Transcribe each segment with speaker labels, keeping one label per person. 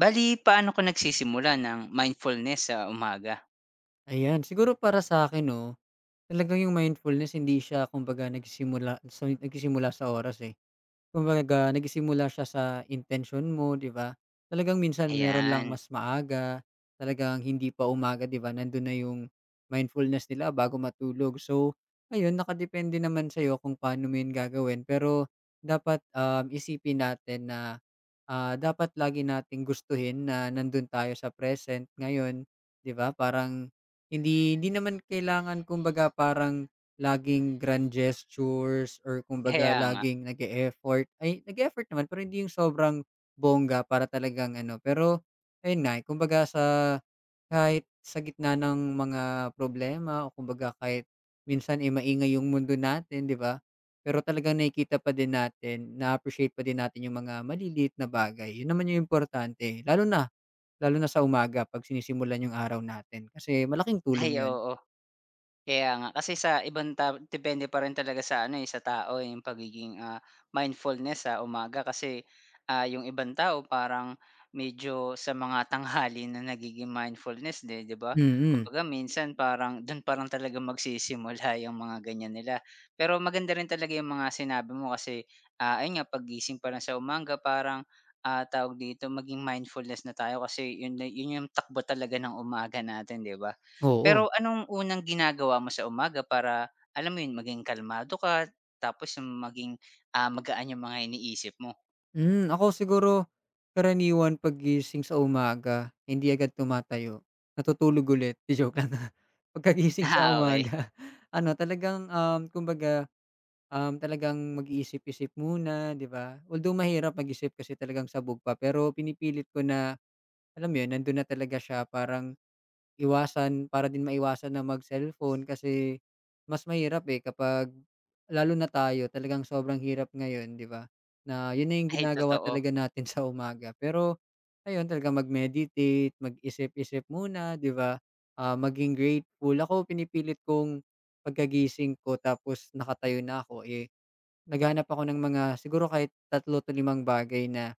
Speaker 1: Bale, paano ko nagsisimula ng mindfulness sa umaga?
Speaker 2: Ayan, siguro para sa akin, 'no, talagang yung mindfulness hindi siya kumbaga nagsisimula sa oras, eh. Kumbaga nagsimula siya sa intention mo, 'di ba? Talagang minsan meron lang
Speaker 1: Ayan,
Speaker 2: mas maaga, talagang hindi pa umaga, 'di ba? Nandun na yung mindfulness nila bago matulog. So, ayun nakadepende naman sa'yo kung paano mo yun gagawin. Pero dapat, isipin natin na, dapat lagi nating gustuhin na nandun tayo sa present ngayon, 'di ba? Parang hindi hindi naman kailangan kumbaga parang laging grand gestures or
Speaker 1: kaya
Speaker 2: kumbaga
Speaker 1: nga.
Speaker 2: laging nag-e-effort. Ay, nag-e-effort naman pero hindi yung sobrang bongga para talagang ano, pero ayun nga, eh, kumbaga sa kahit sa gitna ng mga problema o kumbaga kahit minsan, eh, maingay yung mundo natin, 'di ba? Pero talagang nakikita pa din natin, na-appreciate pa din natin yung mga maliliit na bagay. Yun naman yung importante, lalo na sa umaga 'pag sinisimulan yung araw natin kasi malaking tulong
Speaker 1: Ay,
Speaker 2: yun.
Speaker 1: oo. Kaya nga, kasi sa ibang tao depende pa rin talaga sa ano, eh, sa tao, eh, yung pagiging, mindfulness sa umaga kasi, yung ibang tao parang medyo sa mga tanghali na nagiging mindfulness din, 'di ba?
Speaker 2: Mm,
Speaker 1: Kumbaga minsan parang dun parang talaga magsisimula yung mga ganyan nila. Pero maganda rin talaga yung mga sinabi mo kasi, ayun nga pagising pa lang sa umaga parang, tawag dito, maging mindfulness na tayo kasi yun na yun yung takbo talaga ng umaga natin, 'di ba?
Speaker 2: oo.
Speaker 1: Pero anong unang ginagawa mo sa umaga para, alam mo yun, maging kalmado ka tapos maging, magaan yung mga iniisip mo?
Speaker 2: Hmm. Ako siguro karaniwan paggising sa umaga hindi agad tumatayo, natutulog ulit, joke lang. Pagkagising sa
Speaker 1: Ah, okay.
Speaker 2: umaga ano talagang, kumbaga, talagang mag-iisip-isip muna, 'di ba? Although mahirap mag-isip kasi talagang sabog pa pero pinipilit ko na, alam mo 'yun, nandun na talaga siya parang iwasan para din maiwasan na mag-cellphone kasi mas mahirap, eh, kapag lalo na tayo talagang sobrang hirap ngayon, 'di ba? Na yun na yung
Speaker 1: Ay,
Speaker 2: ginagawa
Speaker 1: totoo.
Speaker 2: talaga natin sa umaga. Pero ayun, talaga mag-meditate, mag-isip-isip muna, 'di ba? Ah, maging grateful. Ako pinipilit kong pagkagising ko tapos nakatayo na ako, eh, naghahanap ako ng mga siguro kahit tatlo to 5 bagay na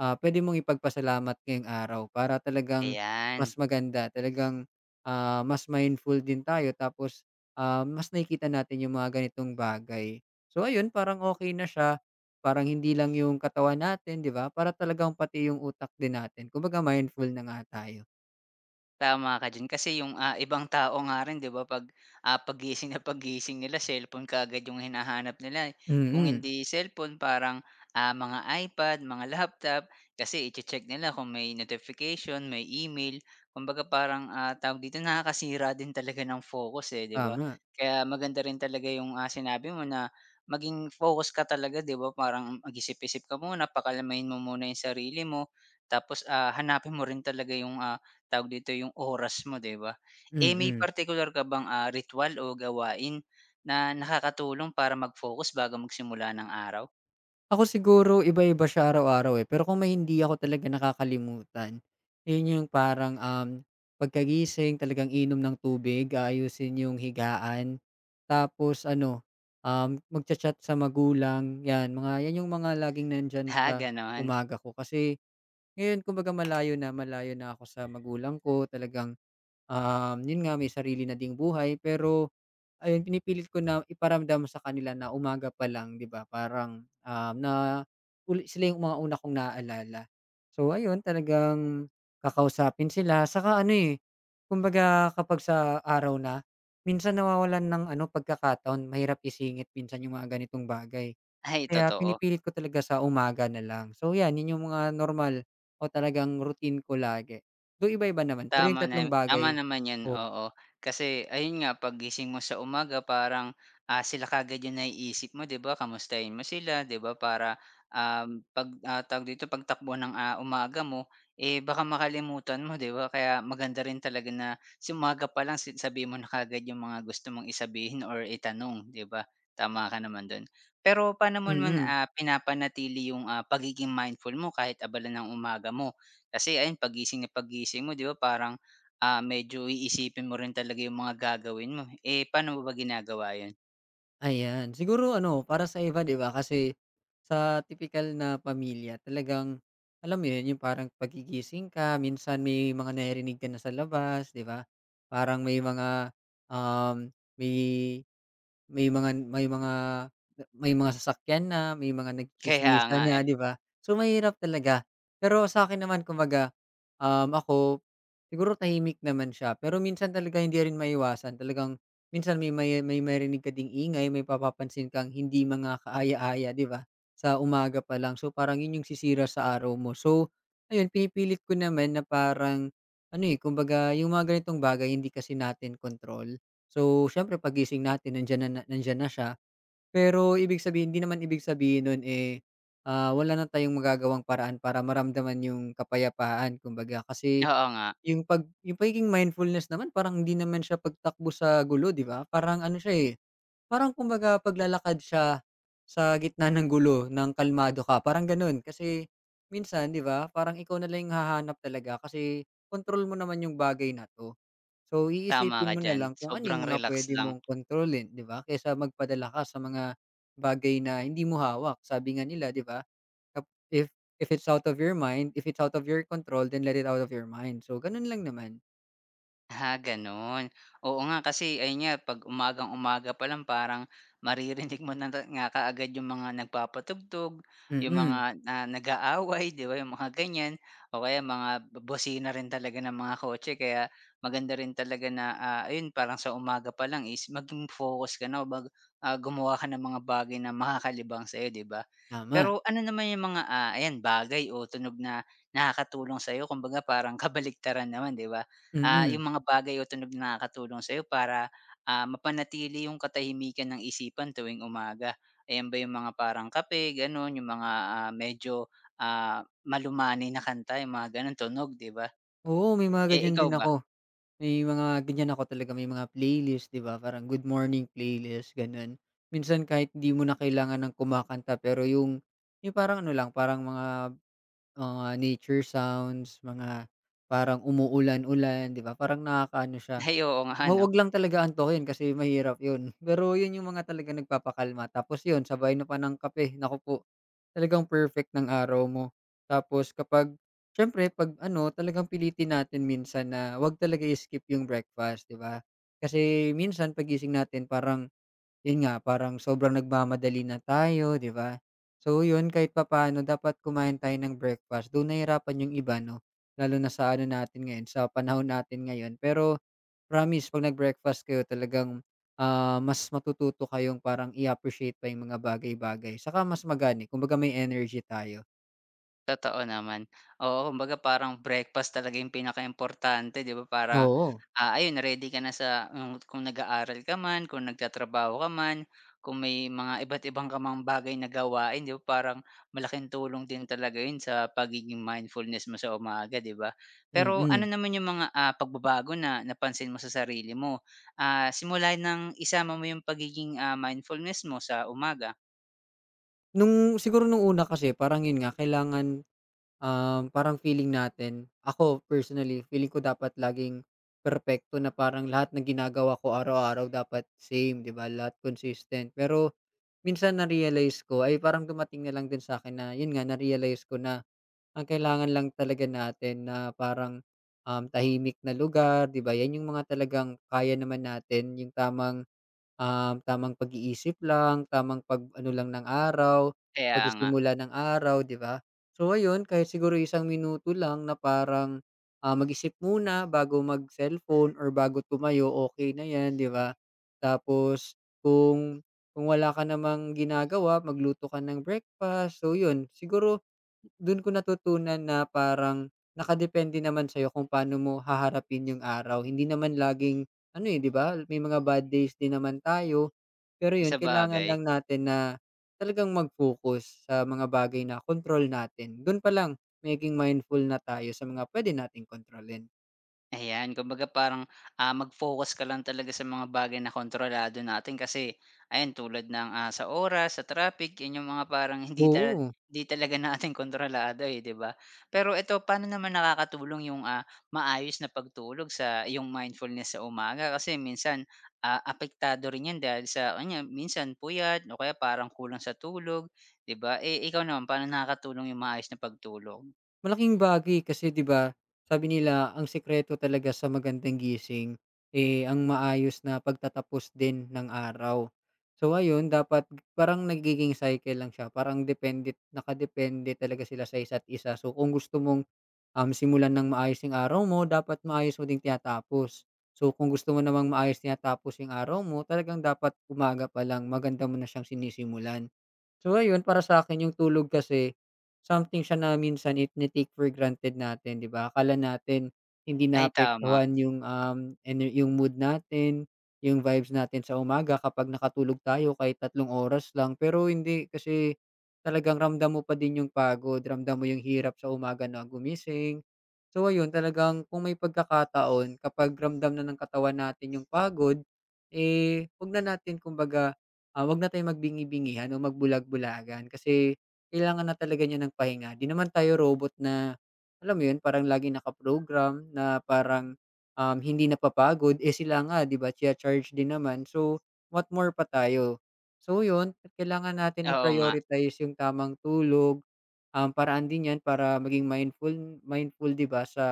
Speaker 2: puwede mong ipagpasalamat ngayong araw para talagang
Speaker 1: Ayan.
Speaker 2: mas maganda, talagang, mas mindful din tayo tapos, mas nakikita natin yung mga ganitong bagay. So ayun, parang okay na siya, parang hindi lang yung katawan natin, 'di ba, para talagang pati yung utak din natin kumbaga mindful na nga tayo.
Speaker 1: Tama ka diyan kasi yung, ibang tao nga rin 'di ba 'pag, paggising na paggising nila cellphone kaagad yung hinahanap nila, eh. Kung
Speaker 2: Mm,
Speaker 1: hindi cellphone parang, mga iPad, mga laptop kasi iche-check nila kung may notification, may email. Kumbaga parang, tawag dito, nakakasira din talaga ng focus, eh, 'di ba?
Speaker 2: tama,
Speaker 1: Kaya maganda rin talaga yung, sinabi mo na maging focus ka talaga 'di ba, parang mag-isip-isip ka muna, pakalmahin mo muna yung sarili mo tapos, hanapin mo rin talaga yung, tawag dito, yung oras mo, 'di ba? Eh, may
Speaker 2: mm.
Speaker 1: partikular ka bang, ritual o gawain na nakakatulong para mag-focus bago magsimula ng araw?
Speaker 2: Ako siguro iba-iba siya araw-araw, eh, pero kung may hindi ako talaga nakakalimutan, yun yung parang, pagkagising talagang inom ng tubig, ayusin yung higaan, tapos ano, magchat chat sa magulang, 'yan mga 'yan yung mga laging nandyan
Speaker 1: Ah,
Speaker 2: sa
Speaker 1: gano'n.
Speaker 2: umaga ko. Kasi ngayon kumbaga malayo na ako sa magulang ko talagang, yun nga may sarili na ding buhay pero ayun, pinipilit ko na iparamdam sa kanila na umaga pa lang, 'di ba, parang, na uli sila yung mga una kong naaalala. So ayun, talagang kakausapin sila saka ano, eh, kumbaga kapag sa araw na, minsan nawawalan ng ano, pagkakataon, mahirap isingit minsan yung mga ganitong bagay.
Speaker 1: Ay,
Speaker 2: Kaya
Speaker 1: totoo.
Speaker 2: pinipilit ko talaga sa umaga na lang. So 'yan, yun yung mga normal o talagang routine ko lagi. Do iba-iba naman, pero yung
Speaker 1: Tama na
Speaker 2: tatlong
Speaker 1: tama
Speaker 2: bagay
Speaker 1: naman 'yun,
Speaker 2: o
Speaker 1: oo. Kasi ayun nga paggising mo sa umaga parang, sila kaagad 'yung naiisip mo 'di ba, kamustahin mo sila 'di ba para, 'pag, tawag dito, pagtakbo ng, umaga mo, eh, baka makalimutan mo 'di ba. Kaya maganda rin talaga na sa umaga pa lang si sabihin mo na kaagad 'yung mga gusto mong i or itanong 'di ba, tama ka naman do'n. Pero paano mo naman,
Speaker 2: mm.
Speaker 1: pinapanatili 'yung, pagiging mindful mo kahit abala ng umaga mo? Kasi ayun pagising na pagising mo 'di ba parang, medyo iisipin mo rin talaga yung mga gagawin mo, eh, paano mo ba ginagawa yun?
Speaker 2: Ayan. Siguro ano, para sa iba 'di ba, kasi sa tipikal na pamilya talagang alam mo 'yun, yung parang pagigising ka minsan may mga naririnig ka na sa labas, 'di ba? Parang um, may may mga sasakyan na, may mga
Speaker 1: Kaya
Speaker 2: nagtsismisan
Speaker 1: nga,
Speaker 2: na,
Speaker 1: eh.
Speaker 2: 'di ba? So, mahirap talaga. Pero sa akin naman kumbaga, ako siguro tahimik naman siya, pero minsan talaga hindi rin maiwasan. Talagang minsan may maririnig ka ding ingay, may mapapansin kang hindi mga kaaya-aya, 'di ba, sa umaga pa lang. So, parang 'yun yung sisira sa araw mo. So, ayun pinipilit ko naman na parang ano, eh, kumbaga yung mga ganitong bagay hindi kasi natin control. So, siyempre pagising natin nandiyan na siya. Pero ibig sabihin hindi naman ibig sabihin nun, eh, wala na tayong magagawang paraan para maramdaman yung kapayapaan kumbaga. Kasi
Speaker 1: Oo nga,
Speaker 2: yung pagiging mindfulness naman parang hindi naman siya pagtakbo sa gulo, 'di ba? Parang ano siya, eh parang kumbaga paglalakad siya sa gitna ng gulo ng kalmado ka, parang gano'n. Kasi minsan, 'di ba, parang ikaw na lang yung hahanap talaga kasi kontrol mo naman yung bagay na 'to. So,
Speaker 1: tama ka
Speaker 2: iisipin mo na
Speaker 1: diyan.
Speaker 2: lang kung ano
Speaker 1: Sobrang
Speaker 2: yung mga
Speaker 1: relax
Speaker 2: puwede
Speaker 1: lang.
Speaker 2: mong kontrolin, 'di ba, kaysa magpadala ka sa mga bagay na hindi mo hawak. Sabi nga nila, 'di ba, kap if if it's out of your mind, if it's out of your control, then let it out of your mind. So, gano'n lang naman.
Speaker 1: Ha, gano'n. Oo nga, kasi ayun nga 'pag umagang-umaga pa lang parang maririnig mo na ta nga kaagad yung mga nagpapatugtog, yung mga,
Speaker 2: Mm,
Speaker 1: nag-aaway, 'di ba, yung mga ganiyan o kaya mga bo bosina rin talaga ng mga kotse kaya maganda rin talaga na, ayun parang sa umaga pa lang is maging focus ka na o bag gumawa ka ng mga bagay na makakalibang sa'yo, 'di ba?
Speaker 2: tama.
Speaker 1: Pero ano naman yung mga, ayan bagay o tunog na nakakatulong sa'yo kumbaga parang kabaliktaran naman, 'di ba? Ah,
Speaker 2: Mm.
Speaker 1: yung mga bagay o tunog na nakakatulong sa'yo para, mapanatili yung katahimikan ng isipan tuwing umaga. Ayan ba yung mga parang kape, gano'n, yung mga, medyo, malumanay na kanta, yung mga gano'n tunog, 'di ba?
Speaker 2: Oo, may mga
Speaker 1: Eh,
Speaker 2: ganyan
Speaker 1: ikaw
Speaker 2: din
Speaker 1: ba?
Speaker 2: ako. May mga ganyan ako talaga, may mga playlist, 'di ba? Parang good morning playlist, gano'n. Minsan kahit hindi mo na kailangan ng kumakanta pero yung parang ano lang, parang mga nature sounds, mga parang umuulan-ulan, 'di ba? Parang nakakaano siya.
Speaker 1: Ay, oo nga
Speaker 2: Oo,
Speaker 1: 'no.
Speaker 2: wag lang talaga antukin kasi mahirap yun. Pero yun yung mga talagang nagpapakalma tapos yun sabay na pa ng kape, naku po. Talagang perfect ng araw mo. Tapos kapag siyempre 'pag ano talagang pilitin natin minsan na wag talaga i-skip yung breakfast, 'di ba? Kasi minsan pagising natin parang yun nga, parang sobrang nagmamadali na tayo, 'di ba? So yun, kahit papaano dapat kumain tayo ng breakfast. Though nahirapan yung iba 'no, lalo na sa ano natin ngayon, sa panahon natin ngayon. Pero promise 'pag nag-breakfast kayo talagang, mas matututo kayong parang i-appreciate pa yung mga bagay-bagay. Saka mas magaan, eh, kumbaga may energy tayo.
Speaker 1: Totoo naman. Oo, kumbaga parang breakfast talaga yung importante 'di ba para,
Speaker 2: Tama. Oo,
Speaker 1: ayun ready ka na sa yung kung nag-aaral ka man, kung nagtatrabaho ka man, kung may mga iba't ibang ka bagay na gawain 'di ba parang malaking tulong din talaga yun sa pagiging mindfulness mo sa umaga 'di ba? Pero ano
Speaker 2: mm.
Speaker 1: naman yung mga, pagbabago na napansin mo sa sarili mo, simula ng isama mo yung pagiging, mindfulness mo sa umaga?
Speaker 2: Nung siguro nung una kasi parang yun nga, kailangan. Parang feeling natin, ako personally, feeling ko dapat laging perfecto na parang lahat ng ginagawa ko araw-araw dapat same, 'di ba? Lahat consistent. Pero minsan na-realize ko ay parang dumating na lang din sa akin na yun nga na-realize ko na ang kailangan lang talaga natin na parang tahimik na lugar, 'di ba? Yan yung mga talagang kaya naman natin, yung tamang tamang pag-iisip lang, tamang pag-ano lang ng araw,
Speaker 1: Kaya nga,
Speaker 2: pagsisimula ng araw, 'di ba? So ayun, kahit siguro isang minuto lang na parang, mag-isip muna bago mag-cellphone or bago tumayo, okay na 'yan, 'di ba? Tapos kung wala ka namang ginagawa, magluto ka ng breakfast. So 'yun, siguro do'n ko natutunan na parang nakadepende naman sa'yo kung paano mo haharapin yung araw. Hindi naman laging ano, eh, 'di ba, may mga bad days din naman tayo. Pero
Speaker 1: sa
Speaker 2: 'yun kailangan
Speaker 1: bagay.
Speaker 2: lang natin na talagang mag-focus sa mga bagay na control natin. Dun pa lang maging mindful na tayo sa mga pwede nating kontrolin.
Speaker 1: Ayan, kumbaga parang, mag-focus ka lang talaga sa mga bagay na kontrolado natin kasi ayan tulad ng, sa oras, sa traffic, 'yan yung mga parang hindi tala
Speaker 2: Oo,
Speaker 1: hindi talaga natin kontrolado, eh, 'di ba? Pero ito, paano naman nakakatulong yung, maayos na pagtulog sa yung mindfulness sa umaga? Kasi minsan, apektado rin 'yan dahil sa ganyan, minsan puyat o kaya parang kulang sa tulog, 'di ba? Eh, ikaw naman, paano nakakatulong yung maayos na pagtulog?
Speaker 2: malaking bagay kasi 'di ba, sabi nila ang sikreto talaga sa magandang gising, eh, ang maayos na pagtatapos din ng araw. So ayun, dapat parang nagiging cycle lang siya, parang nakadepende talaga sila sa isa't isa. So kung gusto mong simulan ng maayos yung araw mo, dapat maayos mo ding tinatapos. So, kung gusto mo namang maayos tinatapos yung araw mo, talagang dapat umaga pa lang, maganda mo na siyang sinisimulan. So, ayun, para sa akin, yung tulog kasi, something siya na minsan it take for granted natin, di ba? Akala natin, hindi
Speaker 1: Ay, tama,
Speaker 2: naapektuhan yung, yung mood natin, yung vibes natin sa umaga kapag nakatulog tayo kahit tatlong oras lang. Pero hindi, kasi talagang ramdam mo pa din yung pagod, ramdam mo yung hirap sa umaga na gumising. So ayun, talagang kung may pagkakataon kapag ramdam na ng katawan natin yung pagod, eh, 'wag na natin kumbaga, 'wag na tayong magbingi-bingihan o magbulag-bulagan kasi kailangan na talaga niya ng pahinga. 'Di naman tayo robot na, alam mo yun, parang laging nakaprogram na parang, hindi napapagod, eh, sila nga 'di ba, chi-charge din naman. So, what more pa tayo? So yun, kailangan natin
Speaker 1: oo nga.
Speaker 2: i-prioritize yung tamang tulog, paraan din yan para maging mindful mindful 'di ba sa,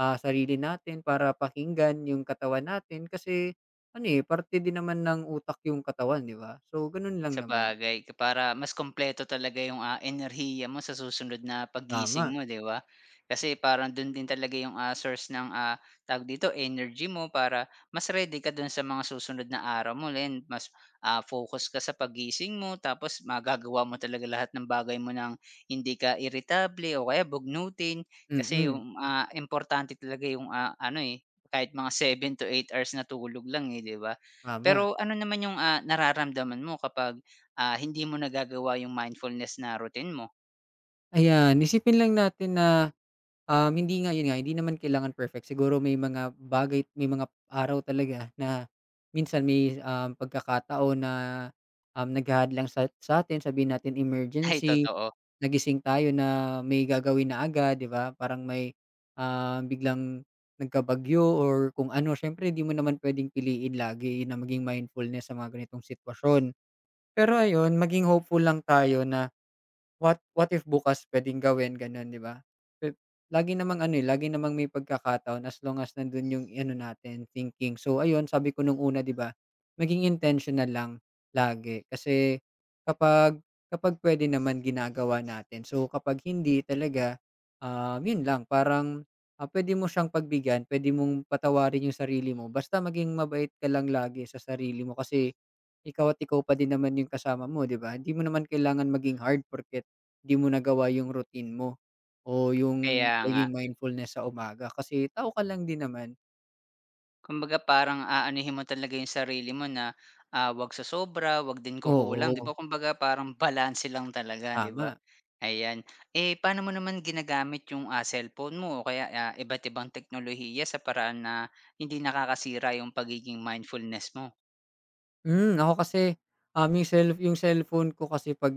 Speaker 2: sarili natin para pakinggan yung katawan natin kasi ano, eh, parte din naman ng utak yung katawan 'di ba? So ganun lang naman.
Speaker 1: Sabagay, ka para mas kompleto talaga yung, enerhiya mo sa susunod na paggising
Speaker 2: Tama,
Speaker 1: mo, 'di ba? Kasi parang dun din talaga yung, source ng, tawag dito, energy mo para mas ready ka dun sa mga susunod na araw mo rin, mas, focus ka sa paggising mo tapos magagawa mo talaga lahat ng bagay mo ng hindi ka irritable o kaya bugnutin. Kasi
Speaker 2: mm,
Speaker 1: yung, importante talaga yung, ano, eh, kahit mga 7 to 8 hours na tulog lang, eh, 'di ba?
Speaker 2: tama.
Speaker 1: Pero ano naman yung, nararamdaman mo kapag hindi mo nagagawa yung mindfulness na routine mo.
Speaker 2: Ayan, isipin lang natin na hindi nga, yun nga, hindi naman kailangan perfect. Siguro may mga araw talaga na minsan may, pagkakataon na, naghahadlang sa atin. Sabihin natin
Speaker 1: Ay,
Speaker 2: emergency,
Speaker 1: totoo,
Speaker 2: nagising tayo na may gagawin na agad, 'di ba? Parang may, biglang nagkabagyo or kung ano. Siyempre di mo naman puwedeng piliin lagi na maging mindfulness sa mga ganitong sitwasyon. Pero ayun, maging hopeful lang tayo na what if bukas puwedeng gawin gano'n, 'di ba? Pe Lagi namang ano, eh, lagi namang may pagkakataon as long as nando'n yung ano natin, thinking. So ayun, sabi ko nung una, 'di ba, maging intentional lang lagi kasi kapag kapag pwede naman ginagawa natin. So kapag hindi talaga, yun lang parang, puwede mo siyang pagbigyan, puwede mong patawarin yung sarili mo basta maging mabait ka lang lagi sa sarili mo kasi ikaw at ikaw pa din naman yung kasama mo, 'di ba? Hindi mo naman kailangan maging hard porque hindi mo nagawa yung routine mo o yung
Speaker 1: kaya nga.
Speaker 2: pagiging mindfulness sa umaga kasi tao ka lang din naman.
Speaker 1: Kumbaga parang aanuhin mo talaga yung sarili mo na, 'wag sa sobra, 'wag din kukulang, 'di ba?
Speaker 2: Oo,
Speaker 1: Kumbaga parang balanse lang talaga, 'di ba?
Speaker 2: tama.
Speaker 1: Ayan. Eh, paano mo naman ginagamit yung, cellphone mo o kaya, iba't ibang teknolohiya sa paraan na hindi nakakasira yung pagiging mindfulness mo?
Speaker 2: Ako kasi, yung cellphone ko kasi 'pag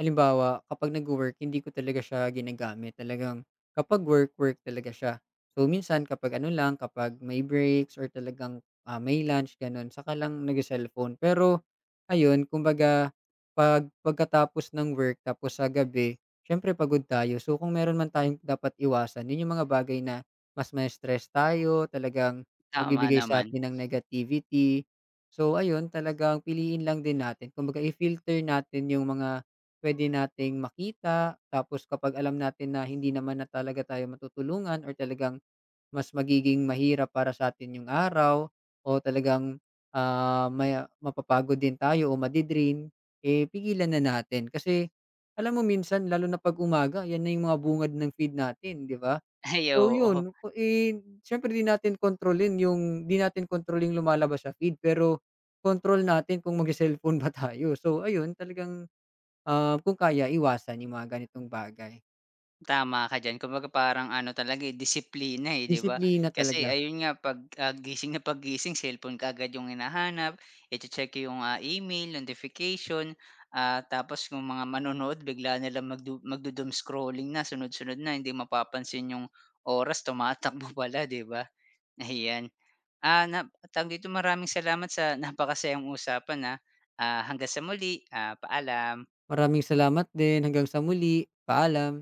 Speaker 2: halimbawa, kapag nagwo-work hindi ko talaga siya ginagamit. Talagang kapag work, work talaga siya. So, minsan kapag ano lang, kapag may breaks or talagang, may lunch gano'n, saka lang nagce-cellphone. Pero ayun, kumbaga pagkatapos ng work tapos sa gabi, siyempre pagod tayo. So, kung meron man tayong dapat iwasan, yun yung mga bagay na mas ma-stress tayo, talagang
Speaker 1: Tama
Speaker 2: magbibigay sa
Speaker 1: naman.
Speaker 2: atin ng negativity. So ayun, talagang piliin lang din natin. Kumbaga i-filter natin yung mga pwede nating makita, tapos kapag alam natin na hindi naman na talaga tayo matutulungan or talagang mas magiging mahirap para sa'tin yung araw o talagang, may mapapagod din tayo o eh, pigilan na natin. Kasi alam mo minsan lalo na 'pag umaga, 'yan na yung mga bungad ng feed natin, 'di ba?
Speaker 1: Ay,
Speaker 2: So
Speaker 1: oo.
Speaker 2: yun, siyempre di natin kontrol yung lumalabas sa feed, pero kontrol natin kung magse-cellphone ba tayo. So ayun, talagang, kung kaya iwasan yung mga ganitong bagay.
Speaker 1: Tama ka diyan. Kumbaga parang ano talaga, eh, disiplina, eh, 'di ba?
Speaker 2: Disiplina
Speaker 1: Kasi
Speaker 2: talaga.
Speaker 1: ayun nga 'pag, gising na paggising cellphone kaagad yung hinahanap, iche-check yung, email, notification, tapos yung mga manonood bigla na lang magdu magdo scrolling na, sunod-sunod na, hindi mapapansin yung oras tumatakbo pala, 'di ba? Ayan. Ah, na tawag dito, maraming salamat sa napakasayang usapan, na hanggang sa muli, paalam.
Speaker 2: Maraming salamat din. Hanggang sa muli. Paalam.